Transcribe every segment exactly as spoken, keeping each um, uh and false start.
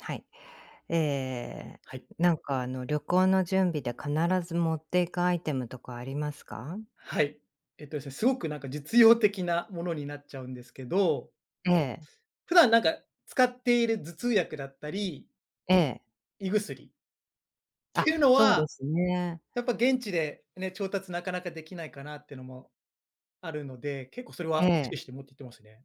はい。ええ、はい。なんかあの、旅行の準備で必ず持っていくアイテムとかありますか？はい。えっとですね、すごくなんか実用的なものになっちゃうんですけど、ええ、普段なんか使っている頭痛薬だったり、ええ。胃薬っあ、ていうのそうは、ですね。やっぱ現地でね、調達なかなかできないかなっていうのもあるので、結構それえは意識え、して持っていってますね。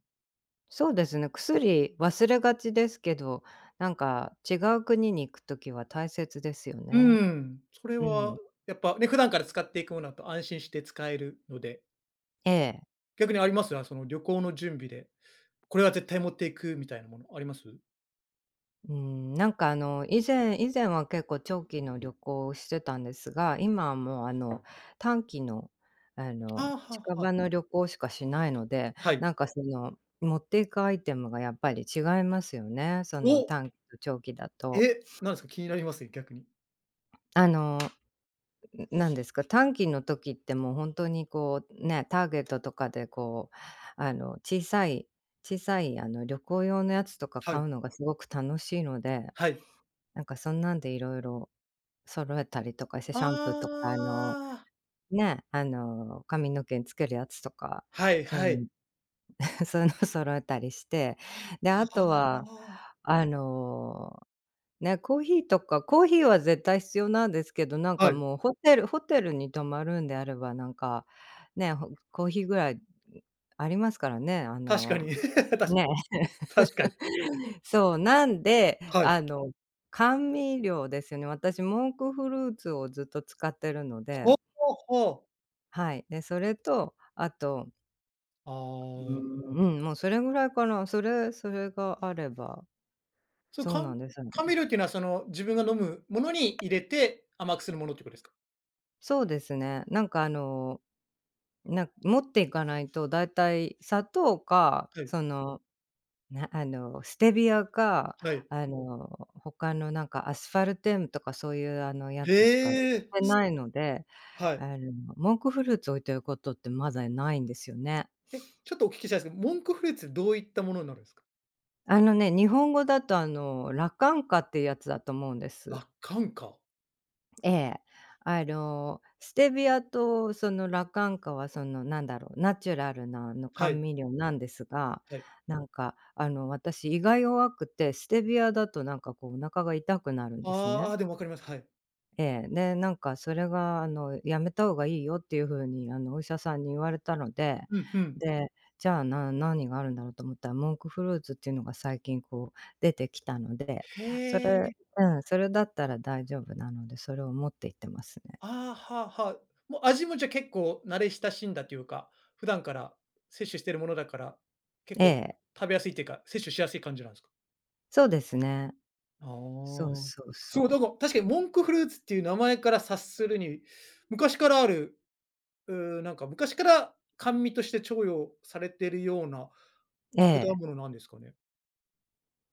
そうですね。薬忘れがちですけど、なんか違う国に行くときは大切ですようね。ん、それうはん。やっぱね、普段から使っていくものだと安心して使えるので、ええ。逆にありますよ？その旅行の準備で、これは絶対持っていくみたいなものあります？うん、なんかあの、以前以前は結構長期の旅行をしてたんですが、今はもうあの、短期の、ああの、あ、は近あはあ。場の旅行しかしないので、はい。なんかその、持っていくアイテムがやっぱり違いますよね、そのお！短期と長期だと。え、なんですか？気になりますね、逆に。あの、何ですか、短期の時ってもう本当にこう、ね、ターゲットとかでこう、あの、小さい小さいあの、旅行用のやつとかは買い。うのがすごく楽しいので、はい。なんかそんなんでいろいろ揃えたりとかして、シャンプーとあか、あの、あ、ね、あの、髪の毛につけるやつとか、はいそういはうい。の そういうの揃えたりして、で、あとあは、あの、ね、コーヒーとかコーヒーは絶対必要なんですけど、なんあ、はかい、もうホテルホテルに泊まるんであれば、なんか、ね、ほコーヒーぐらいありますからね、あ確かの、に。確かにね、確かに。そう、なんで、はい。あの、甘味料ですよね。私モンクフルーツをずっと使ってるので、ほうほう。はい。で、それと、あと、あうーあ。ん、うん、もうそれぐらいかな。それそれがあれば、その、そう甘なんですよね。甘味料っていうのは、その、自分が飲むものに入れて甘くするものってことですか？そうですね。なんかあの、なん持っていかないとだいたい砂糖か、はい、その、なあの、ステビアか、はい。あの、他のなんかアスファルテムとかそういうあのやへつしか売っえ、てないので、はい。あの、モンクフルーツ置いてることってまだないんですよね。え、ちょっとお聞きしたいんですけど、モンクフルーツどういったものになるんですか？あのね、日本語だとあの、羅漢果っていうやつだと思うんです。あ、寒か。ええ。あの、ステビアとそのラカンカはそのなんだろう、ナチュラルなあのは甘い、味料なんですが、はい。なんかあの私胃が弱くて、ステビアだとなんかこうお腹が痛くなるんですああ、ね。あ、でも分かります。はい。ええ、で、なんかそれがあの「やめた方がいいよ」っていう風にあのお医者さんに言われたので、うん、ふん。で、じゃあ、な何があるんだろうと思ったら、モンクフルーツっていうのが最近こう出てきたので、それへえ。うん、それだったら大丈夫なので、それを持って行ってますね。ああ、はあはあ。もう味もじゃあ結構慣れ親しんだというか、普段から摂取してるものだから、結え構え、食べやすいっていうか、摂取しやすい感じなんですか？そうですね。あそうあ。そうそそう、だう。から確かにモンクフルーツっていう名前から察するに、昔からある、うーなんか昔から甘味として重用されてるようなえ果え、物なんですかね？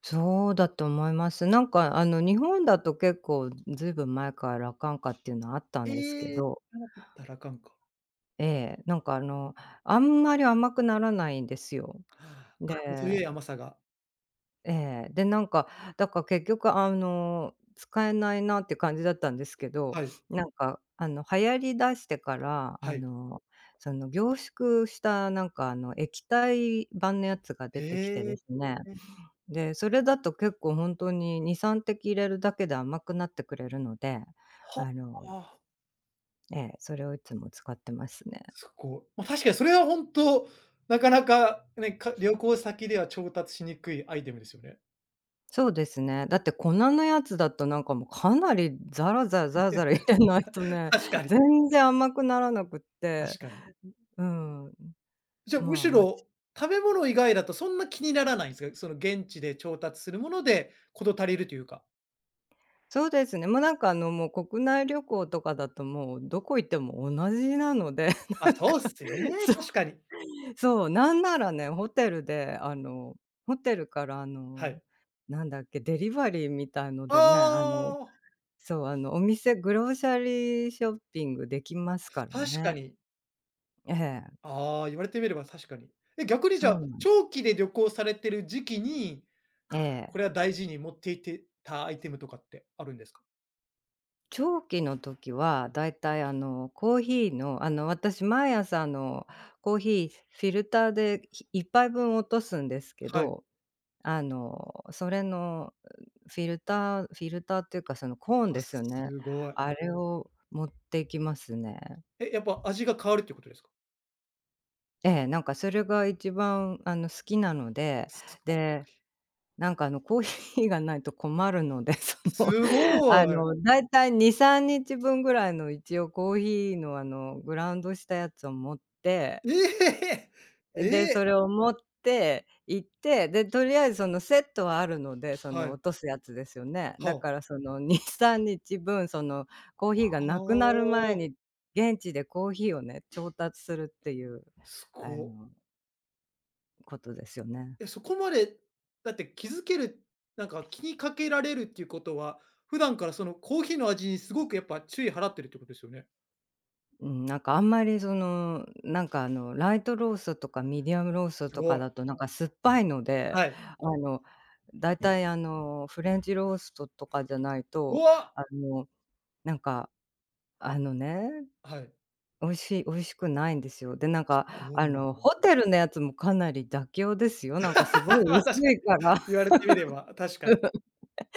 そうだと思います。なんかあの日本だと結構ずいぶん前から羅漢果っていうのはあったんですけええ、知ど、らなかったらあかんか。ええ、なんかあの、あんまり甘くならないんですよ。あ、程で、よい甘さが。ええ、で、なんか、だから結局あの、使えないなって感じだったんですけど、はい、なんかあの、流行り出してから、はあい。の、その凝縮したなんかあの、液体版のやつが出てきてへですえ。ね、で、それだと結構ほんとにに、さん滴入れるだけで甘くなってくれるので、はあの、あ。ええ、それをいつも使ってますね。そこ、まあ、確かにそれは本当、なかなかね、か旅行先では調達しにくいアイテムですよね。そうですね。だって粉のやつだとなんかもうかなりザラザラザラえ、ザラ入れないとね、確か に、全然甘くならなくって、確かに。うん、じゃあ、むまあ、しまあろ、食べ物以外だとそんな気にならないんですか？その現地で調達するもので事足りるというか。そうですね、もうなんかあのもう国内旅行とかだともうどこ行っても同じなので、あ、なんか、そうっすね、そう、確かに。そう、なんならね、ホテルであの、ホテルからあはの、い。なんだっけ、デリバリーみたいのあでね、あの、あ、そう、あのお店グローシャリーショッピングできますから確かね。に。ええ。ああ、言われてみれば確かに。え、逆にじゃそうあ、なん、長期で旅行されてる時期に、えこえ。れは大事に持っていってたアイテムとかってあるんですか？長期の時はだいたいあの、コーヒーのあの、私毎朝あの、コーヒーフィルターでひいっぱいぶん落とすんですけはい。ど、あの、それのフィルターフィルターっていうかそのコーンあ、ですよね。すごい。あれを持っていきますね。え、やっぱ味が変わるっていうことですか？ええ、なんかそれが一番あの、好きなので、すごで、なんかあの、コーヒーがないと困るので、その すご あい。の、だいたいに、さんにちぶんぐらいの一応コーヒーのあの、グラウンドしたやつを持って、ええ！えで、そえ！れを持って行って、で、とりあえずそのセットはあるので、そはのい。落とすやつですよね。はだからあ。そのに、さんにちぶん、そのコーヒーがはなくなる前に、あ、現地でコーヒーをね、調達するっていう、すあご。の、ことですよね。え、そこまで、だって気づける、なんか気にかけられるっていうことは、普段からそのコーヒーの味にすごくやっぱ注意払ってるってことですよね？うん、なんかあんまりその、なんかあの、ライトローストとかミディアムローストすとごかい。だとなんか酸っぱいので、はい。あの、だいたいあの、フレンチローストとかじゃないうと、わ！あの、なんか、あのね、はい。美味しい美味しくないんですよ。で、なんすかごいあな。の、ホテルのやつもかなり妥協ですよ。なんかすご いまあ、薄確かいから。に。言われてみれば、確かに。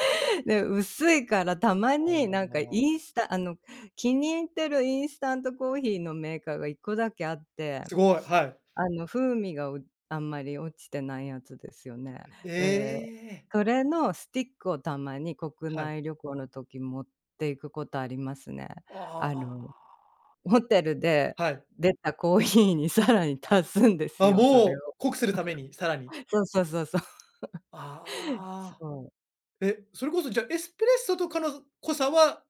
で、薄いからたまああ、になんかインスタあの、気に入ってるインスタントコーヒーのメーカーがいっこだけあって、すごい、はい。あの、風味が、うあんまり落ちてないやつですよね。えで、え。それのスティックをたまに国はい。内旅行の時持っていくことありますね。ああの、あ。ホテルではい。出たコーヒーにさらに足すんですあ、よ、そもれう、を。濃くするために、さらに。そうそうそうそう。ああ。そう。え、それこそじゃあ、エスプレッソとかの濃さは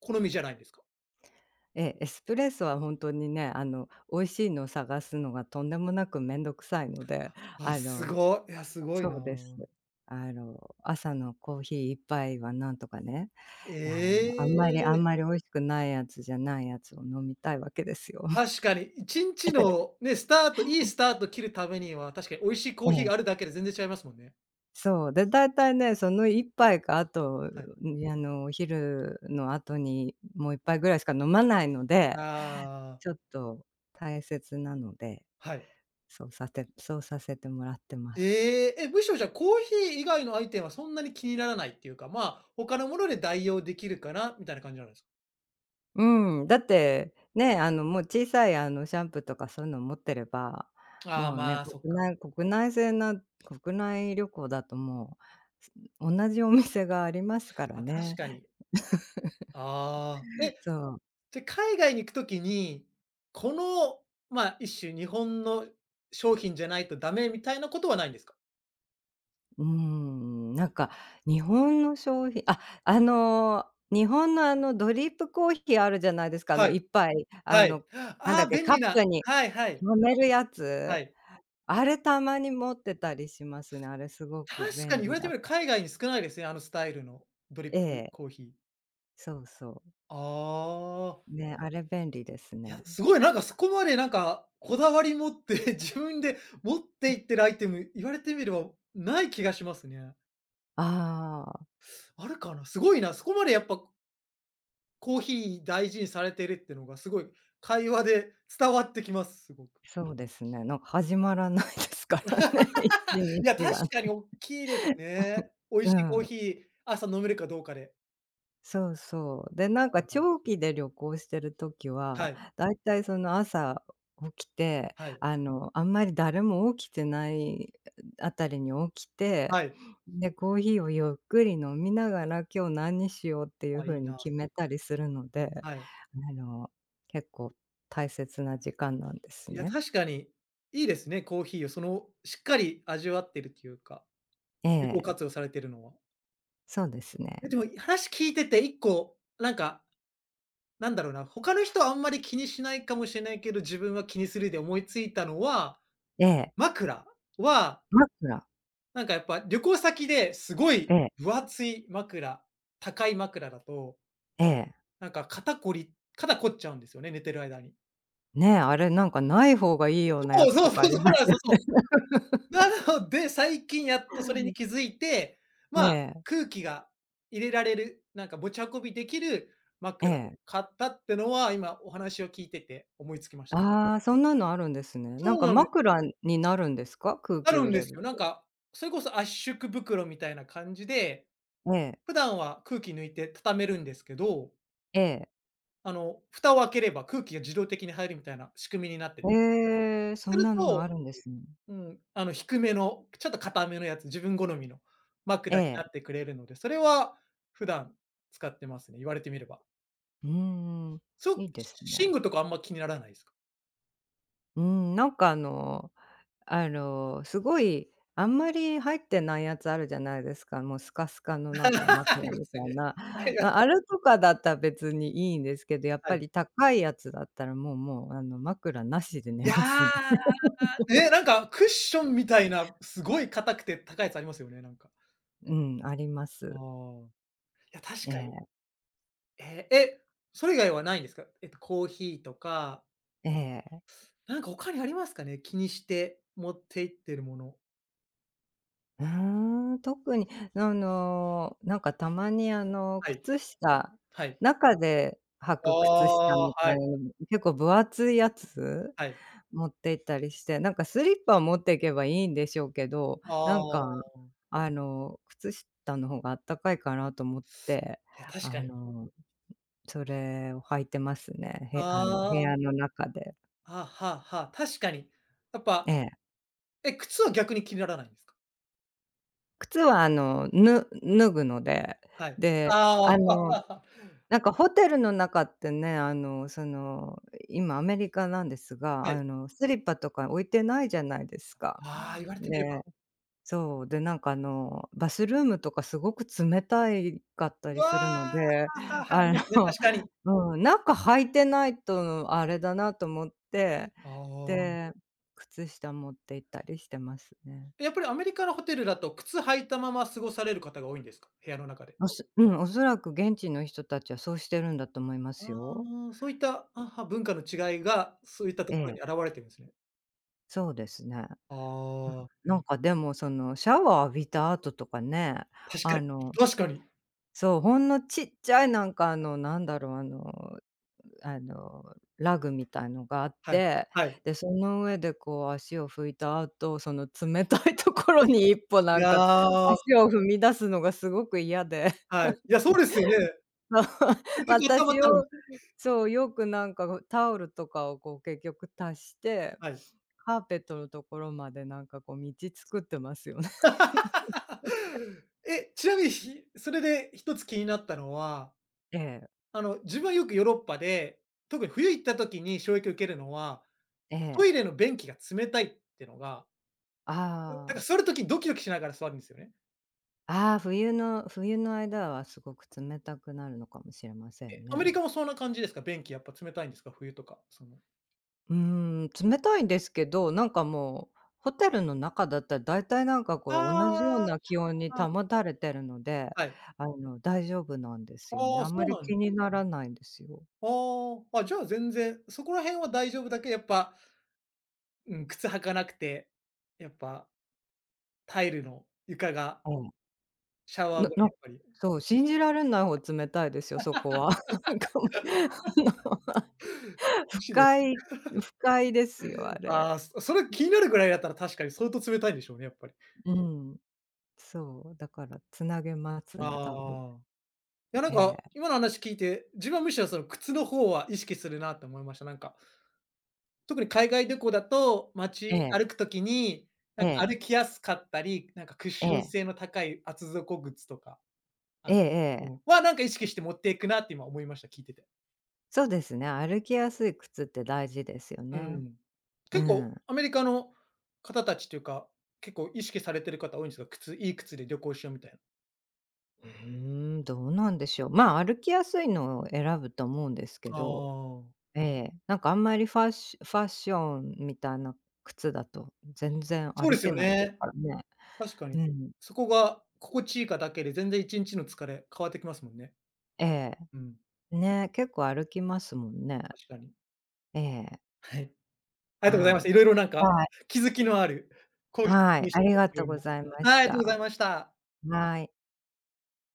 好みじゃないんですか？えエスプレッソはほんとにね、あの、美味しいのを探すのがとんでもなくめんどくさいので、あ、あすのごい。いや、すごいな。そうです。あの、朝のコーヒーいっぱ杯はなんとかね、いや、あのあんまりあえんえ、まり美味しくないやつじゃないやつを飲みたいわけですよ。確 かに、いちにちのね、スタートいいスタート切るためには、確かに美味しいコえーヒーえ、があるだけで全然違いますもんね。そう。で、大体ね、その一杯か、あと、はい。ん、あの、お昼の後にもう一杯ぐらいしか飲まないので、ああ、ちょっと大切なので、はい。そうさてそうさせてもらってます。ええ、え、むしろじゃあ、コーヒー以外のアイテムはそんなに気にならないっていうか、まあ、他のもので代用できるかなみたいな感じなんですか？うん、だって、ね、あの、もう小さい、あの、シャンプーとかそういうの持ってれば、ああ、もうね、まあ、そっ国か。内国内製な国内旅行だともう、同じお店がありますからま、確ね。かに。ああ、え、そう。じゃ、海外に行くときに、この、まあ、一種日本の商品じゃないとダメみたいなことはないんですか？うん、なんか日本の商品あ、あの、日本のあのドリップコーヒーあるじゃないですか、あはのい、一杯、あはい。の、なんだあっあ、け、便カ利ッな。プにはいはい、飲めるやはつ。い。あれたまに持ってたりしますね。あれすごく確か便に言わ利れてだみかればら、海外に少ないですね、あのスタイルのドリッえプえ。コーヒー。そうそう。ああ、ね、あれ便利ですいや、ね。すごいなんかそこまでなんかこだわり持って 自分で持っていってるアイテム、言われてみればない気がしますね。ああ。あるかな？すごいな、そこまでやっぱコーヒー大事にされてるってのがすごい会話で伝わってきます、すごく。そうですね、なんか始まらないですからね、一い日や、確がね。かにおっきいですね。美味うしいコーん。ヒー、朝飲めるかどうかで。そうそう。で、なんかああ、長期で旅行してる時はは、い、だいたいその朝起きて、はい、あの、あんまり誰も起きてないあたりに起きて、はい。で、コーヒーをゆっくり飲みながら、今日何にしようっていあ、うい風いにな。決めたりするので、はい。あの、結構大切な時間なんですいや、ね。確かにいいですね、コーヒーをその、しっかり味わってるというか、え有効え、活用されてるのは。そうですえ、でね。も話聞いてて一個、なんか、なんだろうな、他の人はあんまり気にしないかもしれないけど、自分は気にするで思いついたのは、ええ、枕は枕、なんかやっぱ旅行先ですごえいえ、分厚い枕、高い枕だと、ええ。なんか肩こり肩こっちゃうんですよね、寝てる間に。ねえ、あれなんかない方がいいようなそやうつそうとかそあうそう、りまなんすよそね。うそ う。なので、最近やっとそれに気づいて、ね。まあ、え。空気が入れられる、なんか持ち運びできるえ枕をえ。買ったってのは、今お話を聞いてて思いつきました。ああ、そんなのあるんですね。なそんうかなんです。枕になるんですか？空あ気るをん入でれする、よ。なんか、それこそ圧縮袋みたいな感じで、ええ、普段は空気抜いて畳めるんですけど、ええ。あの、蓋を開ければ空気が自動的に入るみたいな仕組みになってて。ええ、そすんるなのと、あるんですね。うん、あの、低めの、ちょっと硬めのやつ、自分好みのえ枕になえ。ってくれるので、それは普段使ってますね、言われてみれば。うんん。そいいです寝ね。具とかあんま気にならないですか？うーん、なんかあのあの、すごいあんまり入ってないやつあるじゃないですか。もうスカスカの なんかあり枕まみたすいね。な。あります。ああれとかだったら別にいいんですけど、やっはぱい。り高いやつだったらもうもうあの、枕なしで寝いますね。や、ね、なんかクッションみたいな、すごい硬くて高いやつありますよね、なんか。うん、ありまあす。あ、いや確えかに。え、ええ、え、それ以外はないんですか？えっと、コーヒーとかええ。なんか他にありますかね？気にして持って行ってるもの。うーん、特に、あの、なんかたまにあの、はい、靴下はい。中で履あく靴下あ、みはたいい、な結構分厚いやつはい。持って行ったりして、なんかスリッパ持っていけばいいんでしょうけど、あなんか、あ、あの、靴下の方があったかいかなと思って、いや、確かあに。の、それを履いてますね。へあの、部ああ、屋の中で。あ、はあはあ、確かに。やっえぱ、え。え、靴は逆に気にならないんですか？靴はあの、ぬ脱ぐので、はい。で、ああ、はああのはあはなんかホテルの中ってね、あの、その、今アメリカなんですあ、が、はい。あの、スリッパとか置いてないじゃないですか。ああ、言われてみれで、ば。そう、で、なんかあの、バスルームとかすごく冷たいかったうりわあ、するのはで、あはあ はあ、ありあますね、確かに。の、うん、中履いてないとあれだなと思って、ああ。で、靴下持って行ったりしてますね。やっぱりアメリカのホテルだと、靴履いたまま過ごされる方が多いんですか？部屋の中で。おそうん、おそらく現地の人たちはそうしてるんだと思いますあよ。あ、そういった、あは、文化の違いが、そういったとえころえ、に表れてるんですね。そうですね。ああ、なんかでもそのシャワー浴びた後とかね、確かに、あの確かに。そう、ほんのちっちゃいなんかあのなんだろう、あのあのラグみたいのがあっはい、て、はい。で、その上でこう足を拭いた後、その冷たいところに一歩いなんかや、足を踏み出すのがすごく嫌で、はい。いや、そうですよね。そう せっ かくあったまっ私をたのに、そう、よくなんかタオルとかをこう結局足して、はい。カーペットのところまでなんかこう道作ってますよね。え、ちなみに、ひそれで一つ気になったのは、ええ、あの、自分はよくヨーロッパで、特に冬行った時に衝撃を受けるのは、えトえ。イレの便器が冷たいってのが、だだからああ、座る時ドキドキしながら座るんですよね。ああ、冬の冬の間はすごく冷たくなるのかもしれませえ、んアメね。リカもそんな感じですか？便器やっぱ冷たいんですか？冬とか、そのうーん、冷たいんですけど、なんかもう、ホテルの中だったら大体なんかこう同じようあな気温にあ、はい、保たれてるので、はい。あの、大丈夫なんですよね。ああ、あんまそうりなん気にならないんですよ。ああ、あ、じゃあ全然、そこら辺は大丈夫だけど、やっぱ、うん、靴履かなくて、やっぱタイルの床がええ。シャワー後なになやっぱり、そう、信じられないほど冷たいですよ、そこは。なんかもう、あの、不むしろ快不快ですよ、あれ。ああ、そそれ気になるぐらいだったら確かに相当冷たいんでしょうね、やっぱり。うん。そう、だからつなげますね、多分。ああ。いやなんええ。か、今の話聞いて、自分はむしろその靴の方は意識するなって思いました。なんか、特に海外旅行だと、街ええ、歩くときに、なえんかえ、歩きやすかったり、なんかクッえションえ、性の高い厚底靴とかあ、ええうえん、え。は、なんか意識して持っていくなって今思いました、聞いてて。そうですね、歩きやすい靴って大事ですようね。ん。う結構ん。アメリカの方たちというか、結構意識されてる方多いんですか？靴いい靴で旅行しようみたいな。うーん、どうなんでしょう。まあ、歩きやすいのを選ぶと思うんですけあど、あ。ええ、なんかあんまりファッシファッションみたいな靴だと全然そうで歩すけよないですね。からね。確かに。うん。そこが心地いいかだけで、全然いちにちの疲れ変わってきますもんね。えうん、え、ね、結構歩きますもんね。確かに。ええ、はい。ありがとうござはいました。い。いろいろなんかはい、気づきのあるコーヒはーい、にしあてりたっがてといううのごも。ざいまはしい、ありがとうござた。いました。はい。